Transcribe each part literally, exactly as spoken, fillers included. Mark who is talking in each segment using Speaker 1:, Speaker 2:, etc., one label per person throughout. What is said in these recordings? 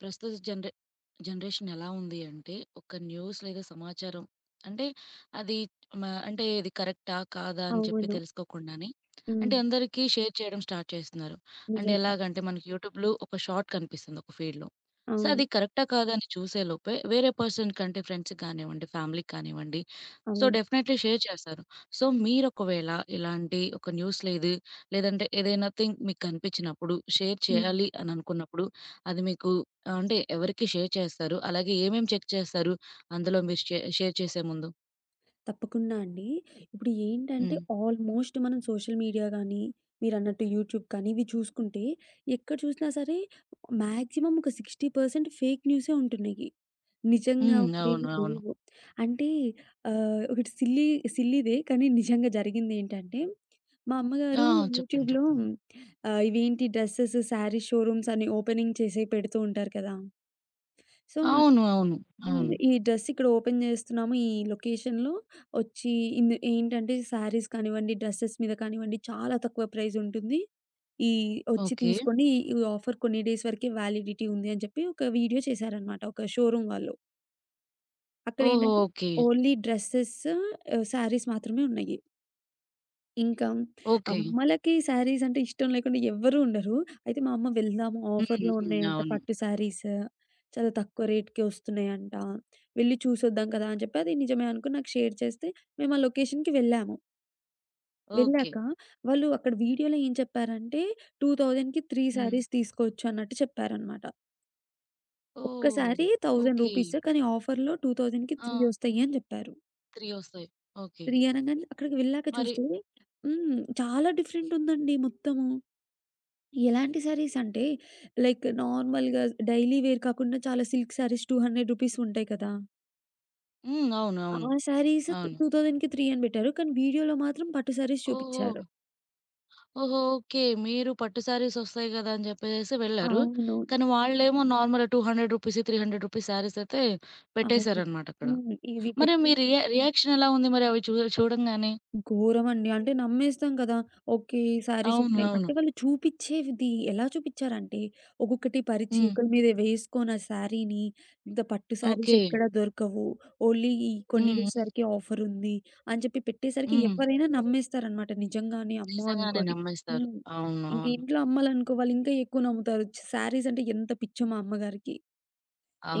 Speaker 1: ప్రస్తుత జనరే జనరేషన్ ఎలా ఉంది అంటే, ఒక న్యూస్ లేదా సమాచారం అంటే, అది మ అంటే ఇది కరెక్టా? కాదా? అని చెప్పి
Speaker 2: అవును.
Speaker 1: తెలుసుకోకుండానే, అంటే
Speaker 2: హ్మ్.
Speaker 1: అందరికీ షేర్ చేయడం స్టార్ట్ చేస్తున్నారు. అంటే
Speaker 2: నిజంగా.
Speaker 1: ఎలాగంటే, మనకి యూట్యూబ్‌లో ఒక షార్ట్ కనిపిస్తుంది ఒక ఫీడ్‌లో. సో,
Speaker 2: అవును.
Speaker 1: అది కరెక్టా? కాదా? అని చూసే లోపే వేరే పర్సన్ కంటే ఫ్రెండ్స్‌కి కానివ్వండి, ఫ్యామిలీకి కానివ్వండి, సో,
Speaker 2: అవును.
Speaker 1: డెఫినైట్‌లీ షేర్ చేస్తారు. సో, మీరొకవేళ ఇలాంటి ఒక న్యూస్ లేదు, లేదంటే ఏదైనా థింగ్ మీకు కనిపించినప్పుడు, షేర్
Speaker 2: హ్మ్.
Speaker 1: చేయాలి అని అనుకున్నప్పుడు, అది మీకు ఆ! అంటే ఎవరికి షేర్ చేస్తారు? అలాగే ఏమేం చెక్ చేస్తారు? అందులో మీరు షే షేర్ చేసే ముందు?
Speaker 2: తప్పకుండా అండి. ఇప్పుడు ఏంటంటే
Speaker 1: హ్మ్.
Speaker 2: ఆల్మోస్ట్ మనం సోషల్ మీడియా గానీ, మీరన్నట్టు యూట్యూబ్ కానీ ఇవి చూసుకుంటే ఎక్కడ చూసినా సరే మాక్సిమం ఒక అరవై శాతం ఫేక్ న్యూసే ఉంటున్నయి. నిజంగా
Speaker 1: హ్మ్. అవును.
Speaker 2: ఉండేవి
Speaker 1: అవును.
Speaker 2: లేవు. అంటే ఆహ్, ఒకటి సిల్లీ సిల్లీదే కానీ నిజంగా జరిగిందేంటంటే, మా
Speaker 1: ఆ!
Speaker 2: అమ్మగారు
Speaker 1: చెప్పండి.
Speaker 2: యూట్యూబ్‌లో
Speaker 1: చెప్పండి.
Speaker 2: ఆహ్, ఇవేంటి డ్రెసెస్, శారీస్ షోరూమ్స్ అని ఓపెనింగ్ చేసి పెడుతూ ఉంటారు కదా! సో
Speaker 1: అవును. అవును.
Speaker 2: హ్మ్.
Speaker 1: అవును.
Speaker 2: ఈ డ్రెస్ ఇక్కడ ఓపెన్ జేస్తున్నాము. ఈ లొకేషన్‌లో ఒచ్చి ఇందు ఏంటంటే శారీస్ కానివ్వండి, డ్రెసెస్ మీద కానివ్వండి చాలా తక్కువ ప్రైజ్ ఉంటుంది. ఈ ఒచ్చి
Speaker 1: ఓకే.
Speaker 2: తీసుకోండి. ఈ ఆఫర్ కొన్ని డేస్ వరకే వ్యాలిడిటీ ఉంది అని జెప్పి ఒక వీడియో చేశారనమాట. ఒక షోరూమ్ వాళ్ళు.
Speaker 1: ఓహో!
Speaker 2: అక్కడేంటంటే
Speaker 1: ఓకే.
Speaker 2: ఓన్లీ డ్రెసెస్, ఆహ్, శారీస్ మాత్రమే ఉన్నాయి. ఇంకా
Speaker 1: ఓకే.
Speaker 2: అమ్మలకి శారీస్ అంటే ఇష్టం లేకుండా ఎవ్వరూ ఉండరు. అయితే మా అమ్మ "వెళ్దాము
Speaker 1: హ్మ్.
Speaker 2: ఆఫర్‌లో
Speaker 1: హ్మ్.
Speaker 2: ఉన్నాయంట
Speaker 1: అవును.
Speaker 2: పట్టు శారీస్. చాలా తక్కువ రేట్‌కి వస్తున్నాయంట. వెళ్లి చూసొద్దాం కదా!" అని చెప్పి అది నిజమే అనుకోని నాకు షేర్ చేస్తే మేము ఆ లొకేషన్‌కి వెళ్ళాము.
Speaker 1: ఓకే.
Speaker 2: వెళ్ళాక వాళ్ళు అక్కడ వీడియోలో ఏం చెప్పారంటే 2000కి మూడు
Speaker 1: హ్మ్.
Speaker 2: శారీస్ తీసుకోవచ్చు అన్నట్టు చెప్పారనమాట. ఒక్క
Speaker 1: ఓహ్!
Speaker 2: శారీ వెయ్యి
Speaker 1: ఓకే.
Speaker 2: రూపీస్ కానీ ఆఫర్‌లో 2000కి
Speaker 1: ఆ!
Speaker 2: మూడు వస్తాయి అని చెప్పారు.
Speaker 1: మూడు వస్తాయి. ఓకే.
Speaker 2: మూడు అనంగానే అక్కడికి వెళ్ళాక
Speaker 1: మరి
Speaker 2: చూస్తే హ్మ్. చాలా డిఫరెంట్ ఉందండి మొత్తము. ఎలాంటి సారీస్ అంటే, లైక్ నార్మల్‌గా డైలీ వేర్ కాకుండా చాలా సిల్క్ సారీస్ రూ. రెండు వందలు ఉంటాయి కదా!
Speaker 1: హ్మ్. అవును. అవును.
Speaker 2: ఆ సారీస్
Speaker 1: అవును.
Speaker 2: 2000కి మూడు అని పెట్టారు. కానీ వీడియోలో మాత్రం పట్టు సారీస్
Speaker 1: ఓహో!
Speaker 2: చూపిచ్చారు.
Speaker 1: ఓహో! ఓకే. మీరు పట్టు శారీస్ ఒస్తాయి గదా! అని జెప్పేసేసి వెళ్లారు.
Speaker 2: అవును.
Speaker 1: కానీ వాళ్ళేమో నార్మల్‌గా రూ. రెండు వందలు, రూ. మూడు వందలు శారీస్ అయితే
Speaker 2: అవును.
Speaker 1: పెట్టేశారనమాట అక్కడ.
Speaker 2: హ్మ్. ఇవి
Speaker 1: మరి
Speaker 2: పెట్టి
Speaker 1: మీ రియా
Speaker 2: హ్మ్.
Speaker 1: రియాక్షన్ ఎలా ఉంది మరి అవి చూ చూడంగానే?
Speaker 2: ఘోరమండి. అంటే నమ్మేస్తాం కదా! ఓకే. ఈ శారీస్
Speaker 1: అవును.
Speaker 2: వస్తున్నాయి.
Speaker 1: అవును.
Speaker 2: అంటే వాళ్ళు చూపిచ్చేది ఎలా చూపిచ్చారంటే, ఒక్కొక్కటి పరిచి
Speaker 1: హ్మ్.
Speaker 2: ఒకళ్ళ మీద వేసుకొని ఆ శారీని ఇంత పట్టు శారీస్
Speaker 1: ఓకే.
Speaker 2: ఎక్కడ దొరకవు. ఓన్లీ ఈ కొన్ని
Speaker 1: హ్మ్.
Speaker 2: డేస్ వరకే ఆఫర్ ఉంది అని చెప్పి పెట్టేసరికి
Speaker 1: హ్మ్. హ్మ్.
Speaker 2: ఎవరైనా నమ్మేస్తారనమాట నిజంగానే అమ్మో!
Speaker 1: నిజంగానే
Speaker 2: అనుకోని.
Speaker 1: నమ్మేస్తారు.
Speaker 2: హ్మ్.
Speaker 1: అవును.
Speaker 2: ఇంక
Speaker 1: అవును.
Speaker 2: ఇంట్లో అమ్మాలనుకో వాళ్ళు ఇంకా ఎక్కువ నమ్ముతారు. శారీస్ అంటే ఎంత పిచ్చో మా అమ్మగారికి.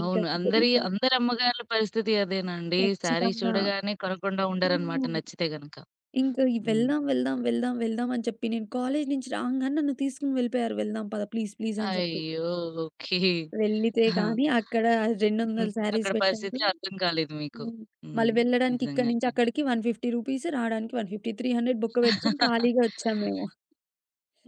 Speaker 2: ఇంకా
Speaker 1: అందరి
Speaker 2: వెళ్దాం
Speaker 1: అందరి అమ్మగార్ల పరిస్థితి అదేనండి. శారీ
Speaker 2: ఖచ్చితంగా.
Speaker 1: చూడగానే కొనకుండా ఉండరనమాట
Speaker 2: హ్మ్.
Speaker 1: నచ్చితే గనక.
Speaker 2: ఇంకా ఈ
Speaker 1: హ్మ్.
Speaker 2: వెళ్దాం, వెళ్దాం, వెళ్దాం, వెళ్దాం అని చెప్పి నేను కాలేజి నుంచి రాంగానే నన్ను తీసుకొని వెళ్ళిపోయారు. వెళ్దాం పద ప్లీజ్, ప్లీజ్ అని చెప్పి.
Speaker 1: అయ్యో! ఓకే.
Speaker 2: వెళ్ళితే
Speaker 1: ఆ!
Speaker 2: గాని అక్కడ రెండు వందల
Speaker 1: హ్మ్.
Speaker 2: శారీస్
Speaker 1: అక్కడ
Speaker 2: పెట్టారు.
Speaker 1: పరిస్థితి అర్థం కాలేదు మీకు.
Speaker 2: హ్మ్. మళ్ళీ
Speaker 1: హ్మ్.
Speaker 2: వెళ్ళడానికి ఇక్కడి
Speaker 1: నిజంగానే.
Speaker 2: నుంచి అక్కడికి నూట యాభై రూపీస్ రావడానికి నూట యాభై మూడు వందలు బొక్క పెట్టుకొని ఖాళీగా వచ్చాం మేము.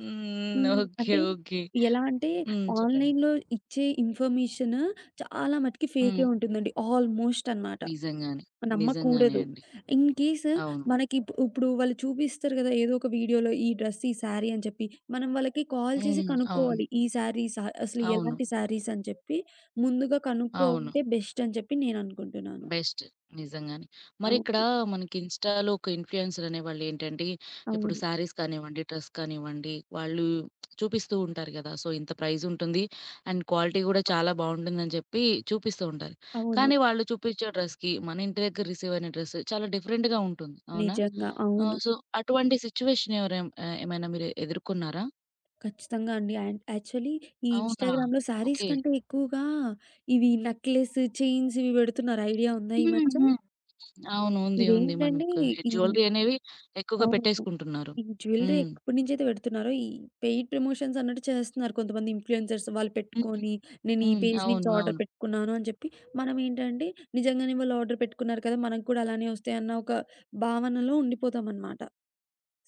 Speaker 1: హ్మ్.
Speaker 2: హ్మ్.
Speaker 1: ఓకే.
Speaker 2: అంటే
Speaker 1: ఓకే.
Speaker 2: ఎలా అంటే
Speaker 1: హ్మ్. చెప్పండి.
Speaker 2: ఆన్‌లైన్‌లో ఇచ్చే ఇన్ఫర్మేషన్ చాలా మటికి ఫేకే
Speaker 1: హ్మ్.
Speaker 2: ఉంటుందండి. ఆల్‌మోస్ట్ అన్నమాట.
Speaker 1: నిజంగానే. నిజంగానే
Speaker 2: నమ్మకూడదు.
Speaker 1: అండి.
Speaker 2: ఇన్ కేస్
Speaker 1: అవును.
Speaker 2: మనకి ఇప్ ఇప్పుడు వాళ్ళు చూపిస్తారు గదా! ఏదో ఒక వీడియోలో ఈ డ్రెస్, ఈ శారీ అని చెప్పి, మనం వాళ్ళకి కాల్ చేసి
Speaker 1: హ్మ్. అవును.
Speaker 2: కనుక్కోవాలి. ఈ శారీస్ అసలు
Speaker 1: అవును.
Speaker 2: ఎలాంటి శారీస్ అని చెప్పి ముందుగా
Speaker 1: అవును.
Speaker 2: కనుక్కోంటే బెస్ట్ అని చెప్పి నేననుకుంటున్నాను.
Speaker 1: బెస్ట్. నిజంగానే. మరిక్కడ
Speaker 2: అవును.
Speaker 1: మనకి ఇన్‌స్టా‌లో ఒక ఇన్‌ఫ్లుయెన్సర్ అనేవాళ్ళు ఏంటంటే, ఇప్పుడు
Speaker 2: అవును.
Speaker 1: శారీస్ కానివ్వండి, డ్రెస్ కానివ్వండి, వాళ్ళు చూపిస్తూ ఉంటారు గదా! సో, ఇంత ప్రైజ్ ఉంటుంది. అండ్ క్వాలిటీ గూడా చాలా బావుంటుందని చెప్పి చూపిస్తూ ఉంటారు.
Speaker 2: అవును.
Speaker 1: కానీ వాళ్ళు చూపిచ్చే డ్రెస్‌కి, మన ఇంటి దగ్గర రిసీవ్ అయిన డ్రెస్ చాలా డిఫరెంట్‌గా ఉంటుంది. అవునా?
Speaker 2: నిజంగా.
Speaker 1: ఆహ్,
Speaker 2: అవును.
Speaker 1: సో, అటువంటి సిట్యుయేషన్ ఎవరేం ఆహ్, ఏమైనా మీరు ఎదుర్కొన్నారా?
Speaker 2: ఖచ్చితంగా అండి. అండ్ యాక్చువల్లీ ఈ
Speaker 1: అవునా?
Speaker 2: ఇన్‌స్టాగ్రామ్‌లో శారీస్
Speaker 1: ఓకే.
Speaker 2: కంటే ఎక్కువగా ఇవి నెక్లెస్, చైన్స్ ఇవి పెడుతున్నారు ఐడియా ఉందా ఈ
Speaker 1: హ్మ్.
Speaker 2: మధ్య?
Speaker 1: హ్మ్. అవును. ఉంది. ఉంది.
Speaker 2: ఇవేంటంటే
Speaker 1: మనకు
Speaker 2: ఈ
Speaker 1: జ్యువెలరీ అనేవి ఎక్కువగా
Speaker 2: అవును.
Speaker 1: పెట్టేసుకుంటున్నారు.
Speaker 2: ఈ జ్యువెల్లరీ
Speaker 1: హ్మ్.
Speaker 2: ఎప్పటినుంచైతే పెడుతున్నారో, ఈ పెయిడ్ ప్రమోషన్స్ అన్నట్టు చేస్తున్నారు కొంతమంది ఇన్‌ఫ్లూయెన్సర్స్. వాళ్ళు
Speaker 1: హ్మ్.
Speaker 2: పెట్టుకొని, నేను ఈ
Speaker 1: హ్మ్.
Speaker 2: పేజ్ నుంచి
Speaker 1: అవును.
Speaker 2: ఆర్డర్
Speaker 1: అవును.
Speaker 2: పెట్టుకున్నాను అని చెప్పి, మనమేంటంటే నిజంగానే వాళ్ళు ఆర్డర్ పెట్టుకున్నారు కదా! మనకు కూడా అలానే వస్తాయన్న ఒక భావనలో ఉండిపోతామనమాట.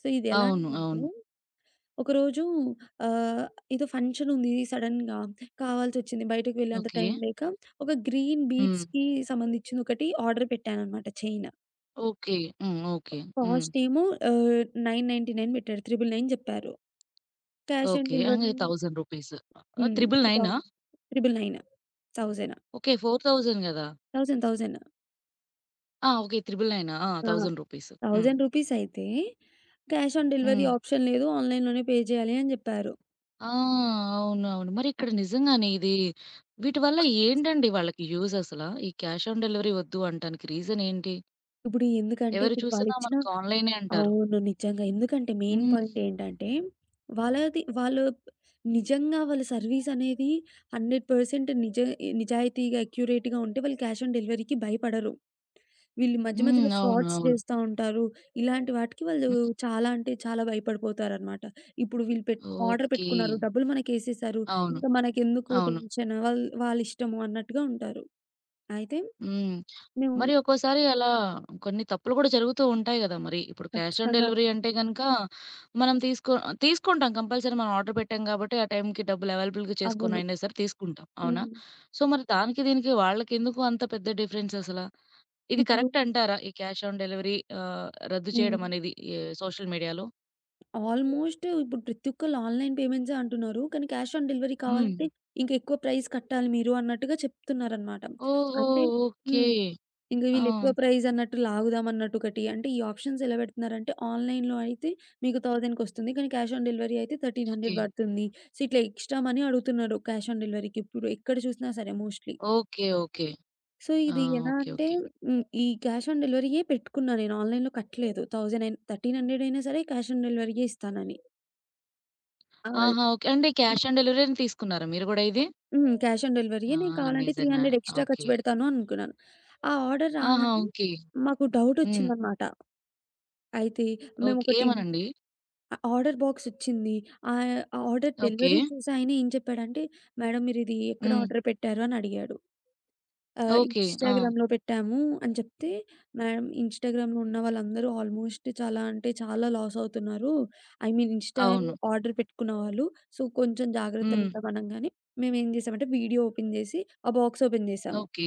Speaker 2: సో, ఇది ఎలా
Speaker 1: అవును.
Speaker 2: అయిందంటే,
Speaker 1: అవును.
Speaker 2: ఒకరోజు ఆహ్, ఏదో ఫంక్షన్ ఉంది సడెన్‌గా కావాల్సొచ్చింది. బయటకి వెళ్ళేంత
Speaker 1: ఓకే.
Speaker 2: టైం లేక, ఒక గ్రీన్
Speaker 1: హ్మ్.
Speaker 2: బీడ్స్‌కి సంబంధించింది ఒకటి ఆర్డర్ పెట్టాననమాట చైన్.
Speaker 1: ఓకే. హ్మ్. ఓకే. హ్మ్.
Speaker 2: కాస్ట్ ఏమో ఆహ్, తొమ్మిది వందల తొంభై తొమ్మిది పెట్టారు. తొమ్మిది వందల తొంభై తొమ్మిది చెప్పారు. Cash on
Speaker 1: okay.
Speaker 2: డెలివరీ
Speaker 1: అంగే రూ. వెయ్యి, ఆహ్,
Speaker 2: హ్మ్.
Speaker 1: 999ఆ?
Speaker 2: తొమ్మిది వందల తొంభై తొమ్మిది థౌసండ్,
Speaker 1: ఓకే. నాలుగు వేలు గదా!
Speaker 2: Thousand, thousand.
Speaker 1: ఆ! ఓకే.
Speaker 2: ఆ!
Speaker 1: తొమ్మిది వందల తొంభై తొమ్మిది ఆ! రూ. వెయ్యి.
Speaker 2: రూ.
Speaker 1: హ్మ్.
Speaker 2: వెయ్యి అయితే క్యాష్ ఆన్ డెలివరీ
Speaker 1: హ్మ్.
Speaker 2: ఆప్షన్ లేదు. ఆన్‌లైన్‌లోనే పే చేయాలి అని జెప్పారు.
Speaker 1: ఆ! అవును. అవును. మరిక్కడ నిజంగానే ఇది వీటి వల్ల ఏంటండి వాళ్ళకి యూజ్ అసలా? ఈ క్యాష్ ఆన్ డెలివరీ వద్దు అంటానికి రీజన్ ఏంటి?
Speaker 2: ఇప్పుడు ఎందుకంటే
Speaker 1: ఎవరు
Speaker 2: ఇప్పుడు
Speaker 1: చూసినా
Speaker 2: వాళ్ళిచ్చిన
Speaker 1: మనకు ఆన్‌లైనే అంటారు.
Speaker 2: అవును. నిజంగా. ఎందుకంటే మెయిన్
Speaker 1: హ్మ్.
Speaker 2: పాయింట్ ఏంటంటే వాళ్ళది వాళ్ళు నిజంగా వాళ్ళ సర్విస్ అనేది నూరు శాతం నిజ నిజాయితీగా, అక్యురేట్‌గా ఉంటే వాళ్ళు క్యాష్ ఆన్ డెలివరీకి భయపడరు. వీళ్ళు మధ్య మధ్యలో
Speaker 1: హ్మ్. అవును.
Speaker 2: ఫ్రాడ్స్
Speaker 1: అవును.
Speaker 2: చేస్తా ఉంటారు. ఇలాంటి వాటికి వాళ్ళు
Speaker 1: హ్మ్.
Speaker 2: చాలా అంటే చాలా భయపడిపోతారనమాట. ఇప్పుడు వీళ్ళు పెట్ ఆర్డర్
Speaker 1: ఓకే.
Speaker 2: పెట్టుకున్నారు. డబ్బులు మనకేసేశారు.
Speaker 1: అవును.
Speaker 2: ఇంకా మనకెందుకు
Speaker 1: అవును.
Speaker 2: టెన్షన్ వాళ్ వాళ్ళిష్టము అన్నట్టుగా ఉంటారు. అయితే
Speaker 1: హ్మ్.
Speaker 2: మేము
Speaker 1: మరి ఒక్కోసారి అలా కొన్ని తప్పులు కూడా జరుగుతూ ఉంటాయి గదా! మరి. ఇప్పుడు క్యాష్ ఆన్
Speaker 2: ఖచ్చితంగా
Speaker 1: డెలివరీ అంటే గనక మనం తీసుకో తీసుకుంటాం కంపల్సరీ మనం ఆర్డర్ పెట్టాం కాబట్టి ఆ టైంకి డబ్బులు అవైలబుల్‌గా
Speaker 2: అవును.
Speaker 1: చేసుకొనైనా సరే తీసుకుంటాం. అవునా?
Speaker 2: హ్మ్.
Speaker 1: సో, మరి దానికి దీనికి వాళ్ళకెందుకు అంత పెద్ద డిఫరెన్స్ అసల? ఇది
Speaker 2: ఇప్పుడు
Speaker 1: కరెక్ట్ అంటారా? ఈ క్యాష్ ఆన్ డెలివరీ ఆహ్, రద్దు చేయడం
Speaker 2: హ్మ్.
Speaker 1: అనేది ఈ సోషల్ మీడియాలో?
Speaker 2: ఆల్మోస్ట్ ఇప్పుడు ప్రతి ఒక్కళ్ళు ఆన్‌లైన్ పేమెంట్సే అంటున్నారు. కానీ క్యాష్ ఆన్ డెలివరీ
Speaker 1: హ్మ్.
Speaker 2: కావాలంటే ఇంకా ఎక్కువ ప్రైస్ కట్టాలి మీరు అన్నట్టుగా చెప్తున్నారనమాట.
Speaker 1: ఓహో!
Speaker 2: అంటే
Speaker 1: ఓకే.
Speaker 2: హ్మ్. ఇంక
Speaker 1: ఆ!
Speaker 2: వీళ్ళెక్కువ ప్రైజ్ అన్నట్టు లాగుదాం అన్నట్టు ఒకటి. అంటే ఈ ఆప్షన్స్ ఎలా పెడుతున్నారంటే ఆన్‌లైన్‌లో అయితే మీకు 1000కొస్తుంది. కానీ క్యాష్ ఆన్ డెలివరీ అయితే పదమూడు వందలు
Speaker 1: ఓకే.
Speaker 2: పడుతుంది. సో, ఇట్లా ఎక్స్‌ట్రా మనీ అడుగుతున్నారు క్యాష్ ఆన్ డెలివరీకి ఇప్పుడు ఎక్కడ చూసినా సరే మోస్ట్‌లీ.
Speaker 1: ఓకే. ఓకే.
Speaker 2: సో,
Speaker 1: ఆ!
Speaker 2: ఇది ఎలా
Speaker 1: ఓకే.
Speaker 2: అంటే
Speaker 1: ఓకే.
Speaker 2: హ్మ్. ఈ క్యాష్ ఆన్ డెలివరీయే పెట్టుకున్నా నేను ఆన్‌లైన్‌లో కట్టలేదు. వెయ్యి అయినా పదమూడు వందలు అయినా సరే క్యాష్ ఆన్ డెలివరీయే ఇస్తానని. ఆహ్,
Speaker 1: ఆహా! ఓకే. అంటే క్యాష్ ఆన్ డెలివరీ‌ని తీసుకున్నారా మీరు గూడా ఇది?
Speaker 2: హ్మ్. క్యాష్ ఆన్ డెలివరీయే.
Speaker 1: ఆ!
Speaker 2: నేను కావాలంటే
Speaker 1: నిజంగా.
Speaker 2: మూడు వందలు ఎక్స్‌ట్రా ఖర్చు
Speaker 1: ఓకే.
Speaker 2: పెడతాను అనుకున్నాను. ఆ ఆర్డర్
Speaker 1: ఆహా!
Speaker 2: రాంగానే
Speaker 1: ఓకే.
Speaker 2: మాకు
Speaker 1: హ్మ్.
Speaker 2: డౌటొచ్చిందనమాట. అయితే
Speaker 1: ఓకే.
Speaker 2: మేమొకటి
Speaker 1: ఏమోనండి.
Speaker 2: ఆ ఆర్డర్ బాక్సొచ్చింది. ఆహ్, ఆ ఆ ఆర్డర్
Speaker 1: ఓకే.
Speaker 2: డెలివరీ చేసే ఆయన ఏం చెప్పాడంటే, "మేడం మీరిది ఎక్కడ
Speaker 1: హ్మ్.
Speaker 2: ఆర్డర్ పెట్టారు?" అని అడిగాడు. ఆహ్,
Speaker 1: ఓకే. ఆ!
Speaker 2: ఇన్‌స్టాగ్రామ్‌లో పెట్టాము అని చెప్తే, "మేడం ఇన్‌స్టాగ్రామ్‌లో ఉన్న వాళ్ళందరూ ఆల్మోస్ట్ చాలా అంటే చాలా లాస్ అవుతున్నారు. ఐ మీన్ ఇన్‌స్టాలో
Speaker 1: అవును.
Speaker 2: ఆర్డర్ పెట్టుకున్న వాళ్ళు. సో, కొంచెం జాగ్రత్త
Speaker 1: హ్మ్.
Speaker 2: మేడం" అనంగానే మేమేం చేసామంటే వీడియో ఓపెన్ చేసి, ఆ బాక్స్ ఓపెన్ చేసాము.
Speaker 1: ఓకే.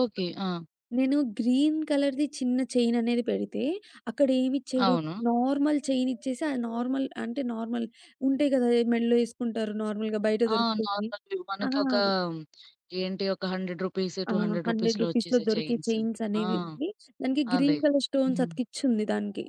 Speaker 1: ఓకే. ఆ!
Speaker 2: నేను గ్రీన్ కలర్‌ది చిన్న చైన్ అనేది పెడితే, అక్కడేమిచ్చాడు,
Speaker 1: అవును.
Speaker 2: నార్మల్ చైన్ ఇచ్చేసి, ఆ నార్మల్ అంటే నార్మల్ ఉంటాయి కదా! మెడలో ఏసుకుంటారు నార్మల్‌గా బయట
Speaker 1: ఆ!
Speaker 2: దొరుకుతాయి.
Speaker 1: నార్మల్‌వి
Speaker 2: ఆ!
Speaker 1: మనకొక ఏంటి ఒక రూ.
Speaker 2: ఆ! రూ.
Speaker 1: వంద, రూ. 200లో
Speaker 2: 100లో
Speaker 1: వచ్చేసే
Speaker 2: దొరికే
Speaker 1: చైన్స్.
Speaker 2: చైన్స్
Speaker 1: ఆ!
Speaker 2: అనేవి ఇవి. దానికి
Speaker 1: అదే.
Speaker 2: గ్రీన్ కలర్ స్టోన్స్
Speaker 1: హ్మ్.
Speaker 2: అతికిచ్చుంది దానికి.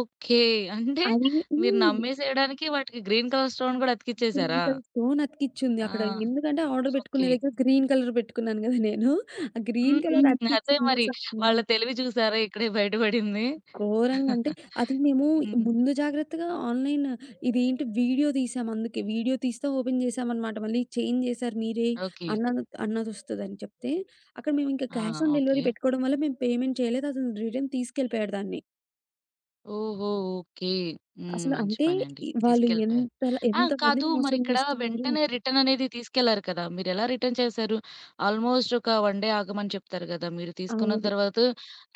Speaker 1: ఓకే. అంటే
Speaker 2: అది
Speaker 1: మీరు
Speaker 2: హ్మ్.
Speaker 1: నమ్మేసేయడానికి వాటికి గ్రీన్ కలర్ స్టోన్ కూడా
Speaker 2: గ్రీన్
Speaker 1: అతికిచ్చేసారా?
Speaker 2: కలర్ స్టోన్ అతికిచ్చుంది
Speaker 1: ఆ!
Speaker 2: అక్కడ. ఎందుకంటే ఆర్డర్ పెట్టుకునే
Speaker 1: ఓకే.
Speaker 2: దగ్గర గ్రీన్ కలర్ పెట్టుకున్నాను కదా! నేను. ఆ
Speaker 1: హ్మ్.
Speaker 2: గ్రీన్ కలర్
Speaker 1: హ్మ్. అదే
Speaker 2: అతికిచ్చింది.
Speaker 1: మరి. వాళ్ళ తెలివి చూసారా ఇక్కడే బయట పడింది?
Speaker 2: ఘోరంగా అంటే అది మేము
Speaker 1: హ్మ్.
Speaker 2: ముందు జాగ్రత్తగా ఆన్‌లైన్ ఇదేంటి వీడియో తీసాం అందుకే. వీడియో తీస్తే ఓపెన్ చేసామనమాట. మళ్ళీ చేంజ్ చేశారు మీరే
Speaker 1: ఓకే.
Speaker 2: అన్న అన్నది అన్నదొస్తదని చెప్తే, అక్కడ మేము ఇంకా
Speaker 1: ఆ!
Speaker 2: Cash on
Speaker 1: okay.
Speaker 2: డెలివరీ పెట్టుకోవడం వల్ల మేము పేమెంట్ చేయలేదు. అతను రిటర్న్ తీసుకెళ్ళిపోయాడు దాన్ని.
Speaker 1: ఓహో! ఓకే. హ్మ్.
Speaker 2: అసలు
Speaker 1: మంచి
Speaker 2: అంటే
Speaker 1: పనండి.
Speaker 2: ఇ వాళ్ళు
Speaker 1: తీసుకెళ్ళిపోయారు.
Speaker 2: ఎంతలా
Speaker 1: ఆ! కాదు
Speaker 2: ఎంతమందిని మోసం
Speaker 1: మరిక్కడ
Speaker 2: చేస్తున్నారు.
Speaker 1: వెంటనే రిటర్న్ అనేది తీసుకెళ్లారు కదా! మీరెలా రిటర్న్ చేశారు? ఆల్మోస్ట్ ఒక ఒన్ డే ఆగమని చెప్తారు గదా! మీరు తీసుకున్న
Speaker 2: అవును.
Speaker 1: తర్వాత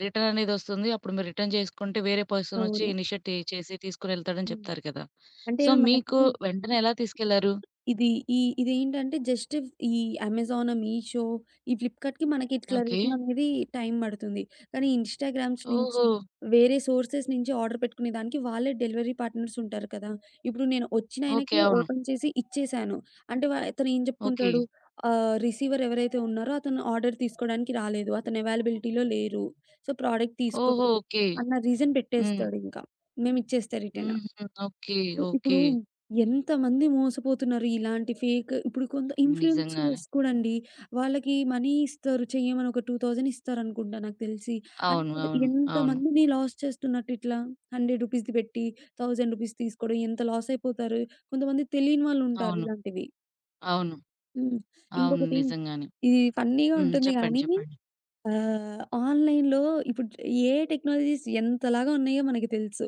Speaker 1: రిటర్న్ అనేదొస్తుంది. అప్పుడు మీరు రిటర్న్ చేసుకుంటే వేరే పర్సనొచ్చి
Speaker 2: అవును.
Speaker 1: ఇనిషియేట్ చేసి తీసుకొనెళ్తాడని
Speaker 2: హ్మ్.
Speaker 1: చెప్తారు కదా!
Speaker 2: అంటే
Speaker 1: సో,
Speaker 2: మనకి
Speaker 1: మీకు వెంటనే ఎలా తీసుకెళ్లారు?
Speaker 2: ఇది ఈ ఇదేంటంటే జస్ట్ ఈ అమెజాన్, మీషో, ఈ ఫ్లిప్‌కార్ట్‌కి మనకి ఇట్లా
Speaker 1: ఓకే.
Speaker 2: రిటర్న్ అనేది టైం పడుతుంది. కానీ ఇన్‌స్టాగ్రామ్స్ నుంచి,
Speaker 1: ఓహో!
Speaker 2: వేరే సోర్సెస్ నుంచి ఆర్డర్ పెట్టుకునే దానికి వాళ్ళే డెలివరీ పార్ట్నర్స్ ఉంటారు కదా! ఇప్పుడు నేను వచ్చిన ఆయనకి
Speaker 1: ఓకే. అవును.
Speaker 2: ఓపెన్ చేసి ఇచ్చేసాను. అంటే వ అతను ఏం
Speaker 1: ఓకే.
Speaker 2: చెప్పుకుంటాడు? ఆహ్, రిసీవర్ ఎవరైతే ఉన్నారో అతను ఆర్డర్ తీసుకోవడానికి రాలేదు. అతను అవైలబిలిటీలో లేరు. సో, ప్రోడక్ట్
Speaker 1: ఓహో!
Speaker 2: తీసుకోలేదు
Speaker 1: ఓకే.
Speaker 2: అన్న రీజన్
Speaker 1: హ్మ్.
Speaker 2: పెట్టేస్తాడింకా. మేమిచ్చేస్తే రిటర్న్.
Speaker 1: హుహు. ఓకే.
Speaker 2: ఇ- ఇప్పుడు
Speaker 1: ఓకే.
Speaker 2: ఎంతమంది మోసపోతున్నారు ఇలాంటి ఫేక్ ఇప్పుడు కొంత
Speaker 1: నిజంగానే.
Speaker 2: ఇన్‌ఫ్లుయెన్సర్స్ కూడా అండి. వాళ్ళకి మనీ ఇస్తారు. చెయ్యమని ఒక రెండు వేలు ఇస్తారనుకుంటా నాకు తెలిసి.
Speaker 1: అవును.
Speaker 2: అంటే
Speaker 1: అవును. అవును.
Speaker 2: ఎంతమందిని లాస్ చేస్తున్నట్టు ఇట్లా వంద రూపీస్‌ది పెట్టి వెయ్యి రూపీస్ తీసుకోవడం ఎంత లాస్ అయిపోతారు. కొంతమంది తెలియని వాళ్ళు ఉంటారు
Speaker 1: అవును.
Speaker 2: ఇలాంటివి.
Speaker 1: అవును.
Speaker 2: హ్మ్.
Speaker 1: అవును.
Speaker 2: ఇంకొకటి
Speaker 1: నిజంగానే.
Speaker 2: ఇది ఫన్నీగా
Speaker 1: హ్మ్.
Speaker 2: ఉంటుంది
Speaker 1: చెప్పండి.
Speaker 2: గానీ
Speaker 1: చెప్పండి.
Speaker 2: ఆహ్, ఆన్‌లైన్‌లో ఇప్పుడు ఏఐ టెక్నాలజీస్ ఎంతలాగా ఉన్నాయో మనకి తెలుసు.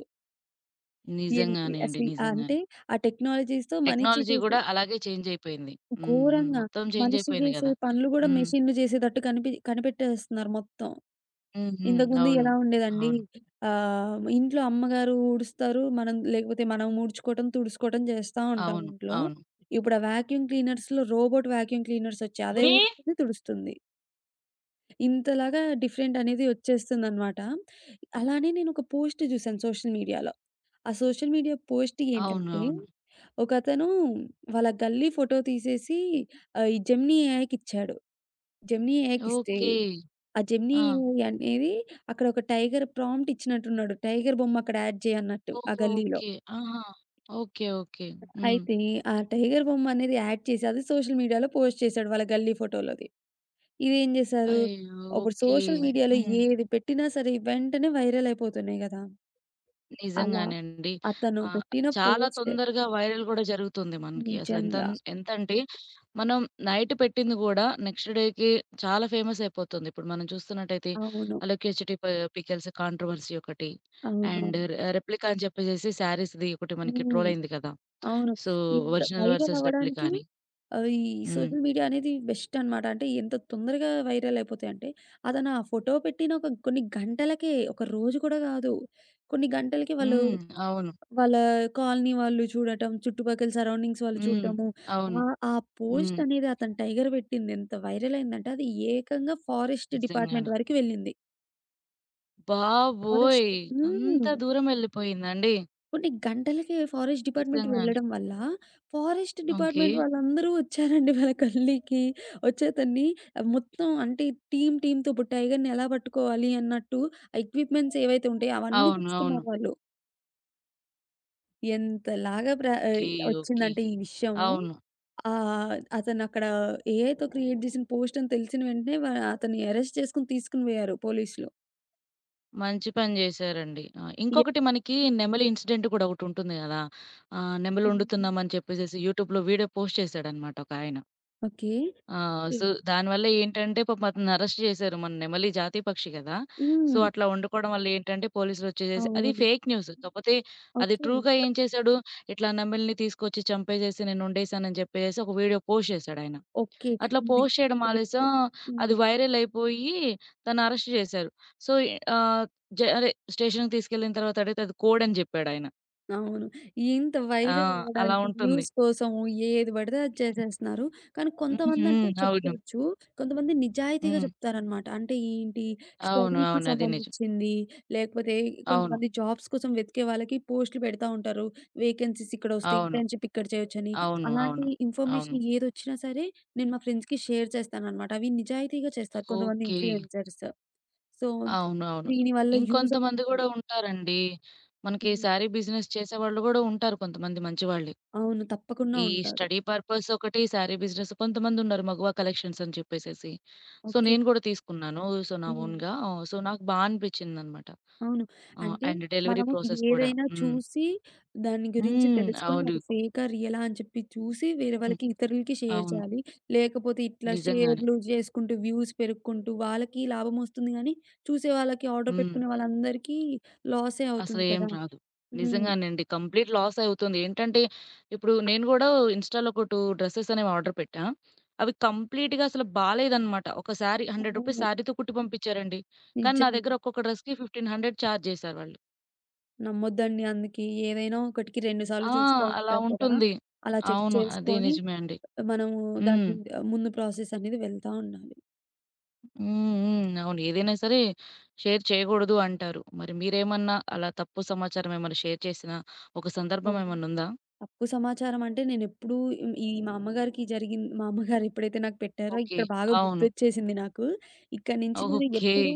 Speaker 2: ఎన్
Speaker 1: నిజంగానే అండి.
Speaker 2: అసలు అంటే
Speaker 1: నిజంగానే.
Speaker 2: ఆ టెక్నాలజీస్‌తో మనిషి
Speaker 1: టెక్నాలజీ
Speaker 2: చేసే
Speaker 1: గూడా అలాగే చేంజ్ అయిపోయింది. హ్మ్. హ్మ్.
Speaker 2: ఘోరంగా.
Speaker 1: మొత్తం చేంజ్
Speaker 2: మనిషి
Speaker 1: అయిపోయింది
Speaker 2: జేసే
Speaker 1: గదా!
Speaker 2: పనులు గూడా
Speaker 1: హ్మ్.
Speaker 2: మెషిన్‌లు జేసేటట్టు కనిపి కనిపెట్టేస్తున్నారు మొత్తం.
Speaker 1: హ్మ్. హ్మ్.
Speaker 2: ఇంతకుముందు
Speaker 1: అవును.
Speaker 2: ఎలా ఉండేదండి.
Speaker 1: అవును.
Speaker 2: ఆహ్, ఇంట్లో అమ్మగారు ఊడుస్తారు. మనం లేకపోతే మనం ఊడ్చుకోవటం, తుడుచుకోవటం చేస్తా ఉంటాం
Speaker 1: అవును.
Speaker 2: ఇంట్లో.
Speaker 1: అవును.
Speaker 2: ఇప్పుడు ఆ వాక్యూమ్ క్లీనర్స్‌లో రోబోట్ వాక్యూమ్ క్లీనర్స్ వచ్చాయి. అదే
Speaker 1: గుడి
Speaker 2: ఊడుస్తుంది, తుడుస్తుంది. ఇంతలాగా డిఫరెంట్ అనేది వచ్చేస్తుందనమాట. అలానే నేనొక పోస్ట్ జూసాను సోషల్ మీడియాలో. ఆ సోషల్ మీడియా పోస్ట్
Speaker 1: అవును.
Speaker 2: ఏంటంటే
Speaker 1: అవును.
Speaker 2: ఒకతను వాళ్ళ గల్లీ ఫోటో తీసేసి ఆహ్, ఈ జెమినీ ఏఐకిచ్చాడు. జెమినీ ఏఐకిస్తే
Speaker 1: ఓకే.
Speaker 2: ఆ జెమినీ
Speaker 1: ఆ!
Speaker 2: ఏఐ అనేది అక్కడ ఒక టైగర్ ప్రాంప్ట్ ఇచ్చినట్టున్నాడు. టైగర్ బొమ్మ అక్కడ యాడ్ చేయన్నట్టు ఆ
Speaker 1: ఓహో!
Speaker 2: గల్లీలో.
Speaker 1: ఓకే. ఆహా! ఓకే. ఓకే. హ్మ్.
Speaker 2: అయితే ఆ టైగర్ బొమ్మ అనేది యాడ్ చేసి అది సోషల్ మీడియాలో పోస్ట్ చేశాడు వాళ్ళ గల్లీ ఫోటోలోది. ఇదేం చేశారు?
Speaker 1: అయ్యో!
Speaker 2: ఇప్పుడు
Speaker 1: ఓకే.
Speaker 2: సోషల్ మీడియాలో
Speaker 1: హ్మ్.
Speaker 2: ఏది పెట్టినా సరే వెంటనే వైరల్ అయిపోతున్నాయి గదా! అలా
Speaker 1: నిజంగానే అండి.
Speaker 2: అతను
Speaker 1: ఆహ్,
Speaker 2: పెట్టిన
Speaker 1: చాలా
Speaker 2: పోస్ట్
Speaker 1: తొందరగా వైరల్ గూడా జరుగుతుంది మనకి.
Speaker 2: నిజంగా.
Speaker 1: అసలెంతన్ ఎంతంటే, మనం నైట్ పెట్టింది గూడా నెక్స్ట్ డేకి చాలా ఫేమస్ అయిపోతుంది. ఇప్పుడు మనం చూస్తున్నట్టయితే
Speaker 2: అవును.
Speaker 1: 'అలోకేష్ చిట్టి ప పికెల్స్' కాంట్రోవర్సీ ఒకటి.
Speaker 2: అవునవును.
Speaker 1: అండ్ రె రెప్లికా అని చెప్పేసేసి శారీస్‌ది ఒకటి మనకి
Speaker 2: హ్మ్.
Speaker 1: ట్రోల్ అయింది కదా!
Speaker 2: అవును.
Speaker 1: సో,
Speaker 2: ఎంత
Speaker 1: ఒరిజినల్
Speaker 2: వైరల్
Speaker 1: వర్సస్ రెప్లికా
Speaker 2: అవ్వడానికి
Speaker 1: అని.
Speaker 2: ఆహ్, ఈ
Speaker 1: హ్మ్.
Speaker 2: సోషల్ మీడియా అనేది బెస్ట్ అనమాట. అంటే ఎంత తొందరగా వైరల్ అయిపోతాయంటే, అతను ఆ ఫోటో పెట్టిన ఒక కొన్ని గంటలకే, ఒక రోజు కూడా కాదు. కొన్ని గంటలకే వాళ్ళు
Speaker 1: హ్మ్. అవును.
Speaker 2: వాళ్ళ కాలనీ వాళ్ళు చూడటం, చుట్టుపక్కల సరౌండింగ్స్ వాళ్ళు
Speaker 1: హ్మ్.
Speaker 2: చూడటము.
Speaker 1: అవును.
Speaker 2: ఆహ్, ఆ పోస్ట్
Speaker 1: హ్మ్.
Speaker 2: అనేది అతను టైగర్ పెట్టింది ఎంత వైరల్ అయిందంటే, అది ఏకంగా ఫారెస్ట్ డిపార్ట్మెంట్
Speaker 1: నిజంగానే.
Speaker 2: వరకు వెళ్ళింది.
Speaker 1: బాబోయ్!
Speaker 2: ఫారెస్ట్
Speaker 1: అంత
Speaker 2: హ్మ్.
Speaker 1: దూరం వెళ్ళిపోయిందండి.
Speaker 2: కొన్ని గంటలకే ఫారెస్ట్ డిపార్ట్‌మెంట్
Speaker 1: నిజంగానే.
Speaker 2: వెళ్ళడం వల్ల, ఫారెస్ట్
Speaker 1: ఓకే.
Speaker 2: డిపార్ట్‌మెంట్ వాళ్ళందరూ వచ్చారండి వాళ్ళ కల్లికి. వచ్చేతన్ని మొత్తం అంటే టీమ్ టీమ్‌తో ఇప్పుడు టైగర్‌ని ఎలా పట్టుకోవాలి అన్నట్టు ఆ ఎక్విప్‌మెంట్స్ ఏవైతే ఉంటాయో అవన్నీ
Speaker 1: అవును. అవును.
Speaker 2: తెచ్చుకున్నారు వాళ్ళు. ఎంతలాగా ప్ర ఆహ్,
Speaker 1: ఓకే. ఓకే.
Speaker 2: వచ్చిందంటే ఈ విషయము.
Speaker 1: అవును.
Speaker 2: ఆహ్, అతనక్కడ ఏఐతో క్రియేట్ చేసిన పోస్ట్ అని తెలిసిన వెంటనే వ అతన్ని అరెస్ట్ చేసుకొని తీసుకొని పోయారు పోలీసులు.
Speaker 1: మంచి పని జేశారండి. ఆ!
Speaker 2: యాహ్!
Speaker 1: ఇంకొకటి మనకి
Speaker 2: హ్మ్.
Speaker 1: నెమలి ఇన్సిడెంట్ గూడా ఒకటుంటుంది గదా! ఆహ్, నెమలి
Speaker 2: హ్మ్.
Speaker 1: వండుతున్నామని చెప్పేసేసి యూట్యూబ్‌లో వీడియో పోస్ట్ చేశాడనమాట ఒకాయన.
Speaker 2: ఓకే.
Speaker 1: ఆ! సో, దానివల్ల ఏంటంటే పాపం అతన్ని అరెస్ట్ జేశారు. మన నెమలి జాతీయ పక్షి గదా! సో,
Speaker 2: హ్మ్.
Speaker 1: అట్లా వండుకోవడం వల్ల ఏంటంటే పోలీసులొచ్చేసేసి అది
Speaker 2: అవును.
Speaker 1: Fake news. కాపోతే అది
Speaker 2: ఓకే.
Speaker 1: ట్రూగా ఏం చేశాడు, ఇట్లా నెమలిని తీసుకొచ్చి చంపేసేసి నేనొండేశానని జెప్పేసేసి ఒక వీడియో పోస్ట్ చేశాడాయన.
Speaker 2: ఓకే.
Speaker 1: అట్లా
Speaker 2: ఇది
Speaker 1: పోస్ట్ చేయడం
Speaker 2: ఓకే.
Speaker 1: ఆలస్యం అది
Speaker 2: హ్మ్.
Speaker 1: వైరల్ అయిపోయి తను
Speaker 2: హ్మ్.
Speaker 1: అరెస్ట్ చేశారు. సో, ఆహ్, జ అదే స్టేషన్‌కి తీసుకెళ్ళిన తర్వాత అడిగితే అది కోడ్ అని జెప్పాడాయన.
Speaker 2: అవును. ఇంత
Speaker 1: ఆ!
Speaker 2: వైరల్
Speaker 1: అలా
Speaker 2: అవ్వడానికి
Speaker 1: ఉంటుంది.
Speaker 2: వ్యూస్ కోసం ఏది పడితే అది చేసేస్తున్నారు. కానీ
Speaker 1: హ్మ్.
Speaker 2: కొంతమందంటే
Speaker 1: హ్మ్. అవును.
Speaker 2: చెప్పుకోవచ్చు. కొంతమంది నిజాయితీగా
Speaker 1: హ్మ్.
Speaker 2: చెప్తారనమాట. అంటే ఏంటి
Speaker 1: అవును.
Speaker 2: స్టడీకి
Speaker 1: అవును. అది నిజం.
Speaker 2: సంబంధించింది, లేకపోతే
Speaker 1: అవును.
Speaker 2: కొంతమంది జాబ్స్ కోసం వెతికే వాళ్ళకి పోస్టులు పెడతా ఉంటారు. వేకెన్సీస్ ఇక్కడొస్తాయి,
Speaker 1: అవును.
Speaker 2: ఇంటర్న్‌షిప్ ఇక్కడ చేయొచ్చని.
Speaker 1: అవును.
Speaker 2: అలాంటి
Speaker 1: అవును. అవును.
Speaker 2: ఇన్ఫర్మేషన్ ఏదొచ్చినా సరే నేను మా ఫ్రెండ్స్‌కి షేర్ చేస్తాననమాట. అవి నిజాయితీగా చేస్తారు కొంతమంది
Speaker 1: ఓకే.
Speaker 2: ఇన్‌ఫ్లుయెన్సర్స్. సో,
Speaker 1: అవును. అవును.
Speaker 2: దీనివల్ల యూజ్
Speaker 1: ఇంకొంతమంది
Speaker 2: అవుతుంది.
Speaker 1: గూడా ఉంటారండి. మనకి
Speaker 2: హ్మ్.
Speaker 1: శారీ బిజినెస్ చేసేవాళ్ళు గూడా ఉంటారు కొంతమంది మంచివాళ్ళే.
Speaker 2: అవును. తప్పకుండా
Speaker 1: ఈ
Speaker 2: ఉంటారు.
Speaker 1: స్టడీ పర్పస్ ఒకటి, శారీ బిజినెస్ కొంతమందున్నారు మగువ కలెక్షన్స్ అని చెప్పేసేసి. So,
Speaker 2: okay.
Speaker 1: నేను గూడా తీసుకున్నాను. సో, నా
Speaker 2: హ్మ్.
Speaker 1: ఓన్‌గా. సో, నాకు బా అనిపిచ్చిందనమాట.
Speaker 2: అవును.
Speaker 1: ఆహ్,
Speaker 2: అంటే
Speaker 1: అండ్ డెలివరీ
Speaker 2: మనము
Speaker 1: ప్రాసెస్ కూడా.
Speaker 2: ఏదైనా
Speaker 1: హ్మ్.
Speaker 2: చూసి దాని గురించి
Speaker 1: హ్మ్.
Speaker 2: తెలుసుకొని
Speaker 1: అవును.
Speaker 2: అది ఫేకా, రియలా అని చెప్పి చూసి వేరే
Speaker 1: హ్మ్.
Speaker 2: వాళ్ళకి ఇతరులకి షేర్
Speaker 1: అవును.
Speaker 2: చేయాలి. లేకపోతే ఇట్లా
Speaker 1: నిజంగానే.
Speaker 2: షేర్లు జేసుకుంటూ వ్యూస్ పెరుక్కుంటూ వాళ్ళకి లాభం వస్తుంది గానీ, చూసే వాళ్ళకి ఆర్డర్
Speaker 1: హ్మ్.
Speaker 2: పెట్టుకునే వాళ్ళందరికీ లాసే అవుతుంది
Speaker 1: అసలేం
Speaker 2: కదా!
Speaker 1: రాదు.
Speaker 2: హ్మ్.
Speaker 1: నిజంగానండి. కంప్లీట్ లాస్ అవుతుంది. ఏంటంటే, ఇప్పుడు నేను గూడా ఇన్‌స్టా‌లో ఒక రెండు డ్రెసెస్ అనేవి ఆర్డర్ పెట్టా. అవి కంప్లీట్‌గా అసలు బాలేదనమాట. ఒక శారీ రూ. వంద
Speaker 2: అవును.
Speaker 1: శారీతో కుట్టి పంపిచ్చారండి. కానీ, నా
Speaker 2: నిజమే.
Speaker 1: దగ్గర ఒక్కొక్క డ్రెస్‌కి పదిహేను వందలు చార్జ్ జేశారు వాళ్ళు.
Speaker 2: నమ్మొద్దండి. అందుకి ఏదైనా ఒకటికి రెండు సార్లు
Speaker 1: ఆ!
Speaker 2: చూస్తా
Speaker 1: అలా
Speaker 2: ఉంటారు కదా!
Speaker 1: ఉంటుంది.
Speaker 2: అలా చెక్
Speaker 1: అవును. అది
Speaker 2: చేసుకొని
Speaker 1: నిజమే అండి.
Speaker 2: మనము
Speaker 1: హ్మ్.
Speaker 2: దాని ముందు ప్రాసెస్ అనేది వెళ్తా ఉండాలి.
Speaker 1: హ్మ్. హ్మ్. అవును. ఏదైనా సరే షేర్ చేయకూడదు అంటారు. మరి మీరేమన్నా అలా తప్పు సమాచారం ఏమన్నా షేర్ చేసిన ఒక సందర్భం
Speaker 2: అవును.
Speaker 1: ఏమన్నుందా?
Speaker 2: తప్పు సమాచారం అంటే నేనెప్పుడూ హ్మ్, ఈ మా అమ్మగారికి జరిగిన్ మా అమ్మగారు ఎప్పుడైతే నాకు పెట్టారో
Speaker 1: ఓకే.
Speaker 2: ఇక్కడ బాగా
Speaker 1: అవును.
Speaker 2: గుర్తొచ్చేసింది నాకు. ఇక్కడి నుంచి నేను
Speaker 1: ఓకే.
Speaker 2: ఎప్పుడూ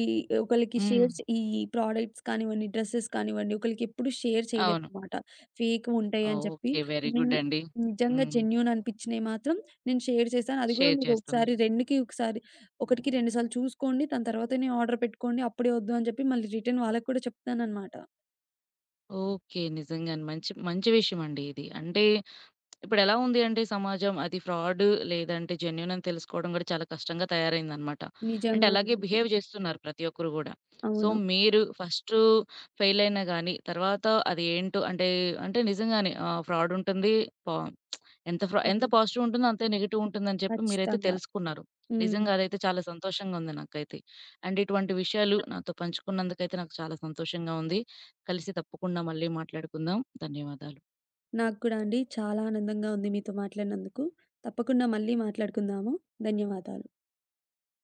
Speaker 2: ఈ ఒకళ్ళకి
Speaker 1: హ్మ్.
Speaker 2: షేర్ చే ఈ ప్రొడక్ట్స్ కానివ్వండి, డ్రెసెస్ కానివ్వండి, ఒకళ్ళకెప్పుడు షేర్
Speaker 1: అవును.
Speaker 2: చేయలేదనమాట. ఫేక్‌వి ఉంటాయని చెప్పి
Speaker 1: ఓకే. వెరీ
Speaker 2: నేను
Speaker 1: గుడ్ అండి.
Speaker 2: నిజంగా
Speaker 1: హ్మ్.
Speaker 2: జెన్యూన్ అనిపించినయి మాత్రం నేను షేర్ చేశాను. అది కూడా
Speaker 1: షేర్
Speaker 2: మీరు ఒకసారి
Speaker 1: చేస్తున్నారు.
Speaker 2: 2కి ఒకసారి 1కి రెండు సార్లు చూసుకోండి. దాని తర్వాతనే ఆర్డర్ పెట్టుకోండి. అప్పుడే వద్దు అని చెప్పి మళ్ళీ రిటర్న్ వాళ్ళకి కూడా చెప్తాననమాట.
Speaker 1: ఓకే. నిజంగానే మంచి మంచి విషయం అండి ఇది. అంటే ఇప్పుడెలా ఉంది అంటే సమాజం అది ఫ్రాడ్ లేదంటే జెన్యూన్ అని తెలుసుకోవడం కూడా చాలా కష్టంగా తయారైందనమాట. అంటే
Speaker 2: నిజంగానే
Speaker 1: అలాగే
Speaker 2: అండి.
Speaker 1: బిహేవ్ చేస్తున్నారు ప్రతి ఒక్కరు గూడా. సో,
Speaker 2: అవును.
Speaker 1: మీరు ఫస్టు ఫెయిల్ అయినా గానీ తర్వాత అది ఏంటో అంటే, అంటే నిజంగానే ఆహ్, ఫ్రాడ్ ఉంటుంది. పా ఎంత ఫ్రా ఎంత
Speaker 2: అవును.
Speaker 1: పాజిటివ్ ఉంటుందో అంతే నెగెటివ్ ఉంటుందని చెప్పి మీరైతే
Speaker 2: ఖచ్చితంగా.
Speaker 1: తెలుసుకున్నారు.
Speaker 2: హ్మ్.
Speaker 1: నిజంగా అదైతే చాలా సంతోషంగా ఉంది నాకైతే. అండ్ ఇటువంటి విషయాలు నాతో పంచుకున్నందుకైతే నాకు చాలా సంతోషంగా ఉంది. కలిసి తప్పకుండా మళ్ళీ మాట్లాడుకుందాం. ధన్యవాదాలు.
Speaker 2: నాకు కూడా అండి చాలా ఆనందంగా ఉంది మీతో మాట్లాడినందుకు. తప్పకుండా మళ్ళీ మాట్లాడుకుందాము. ధన్యవాదాలు.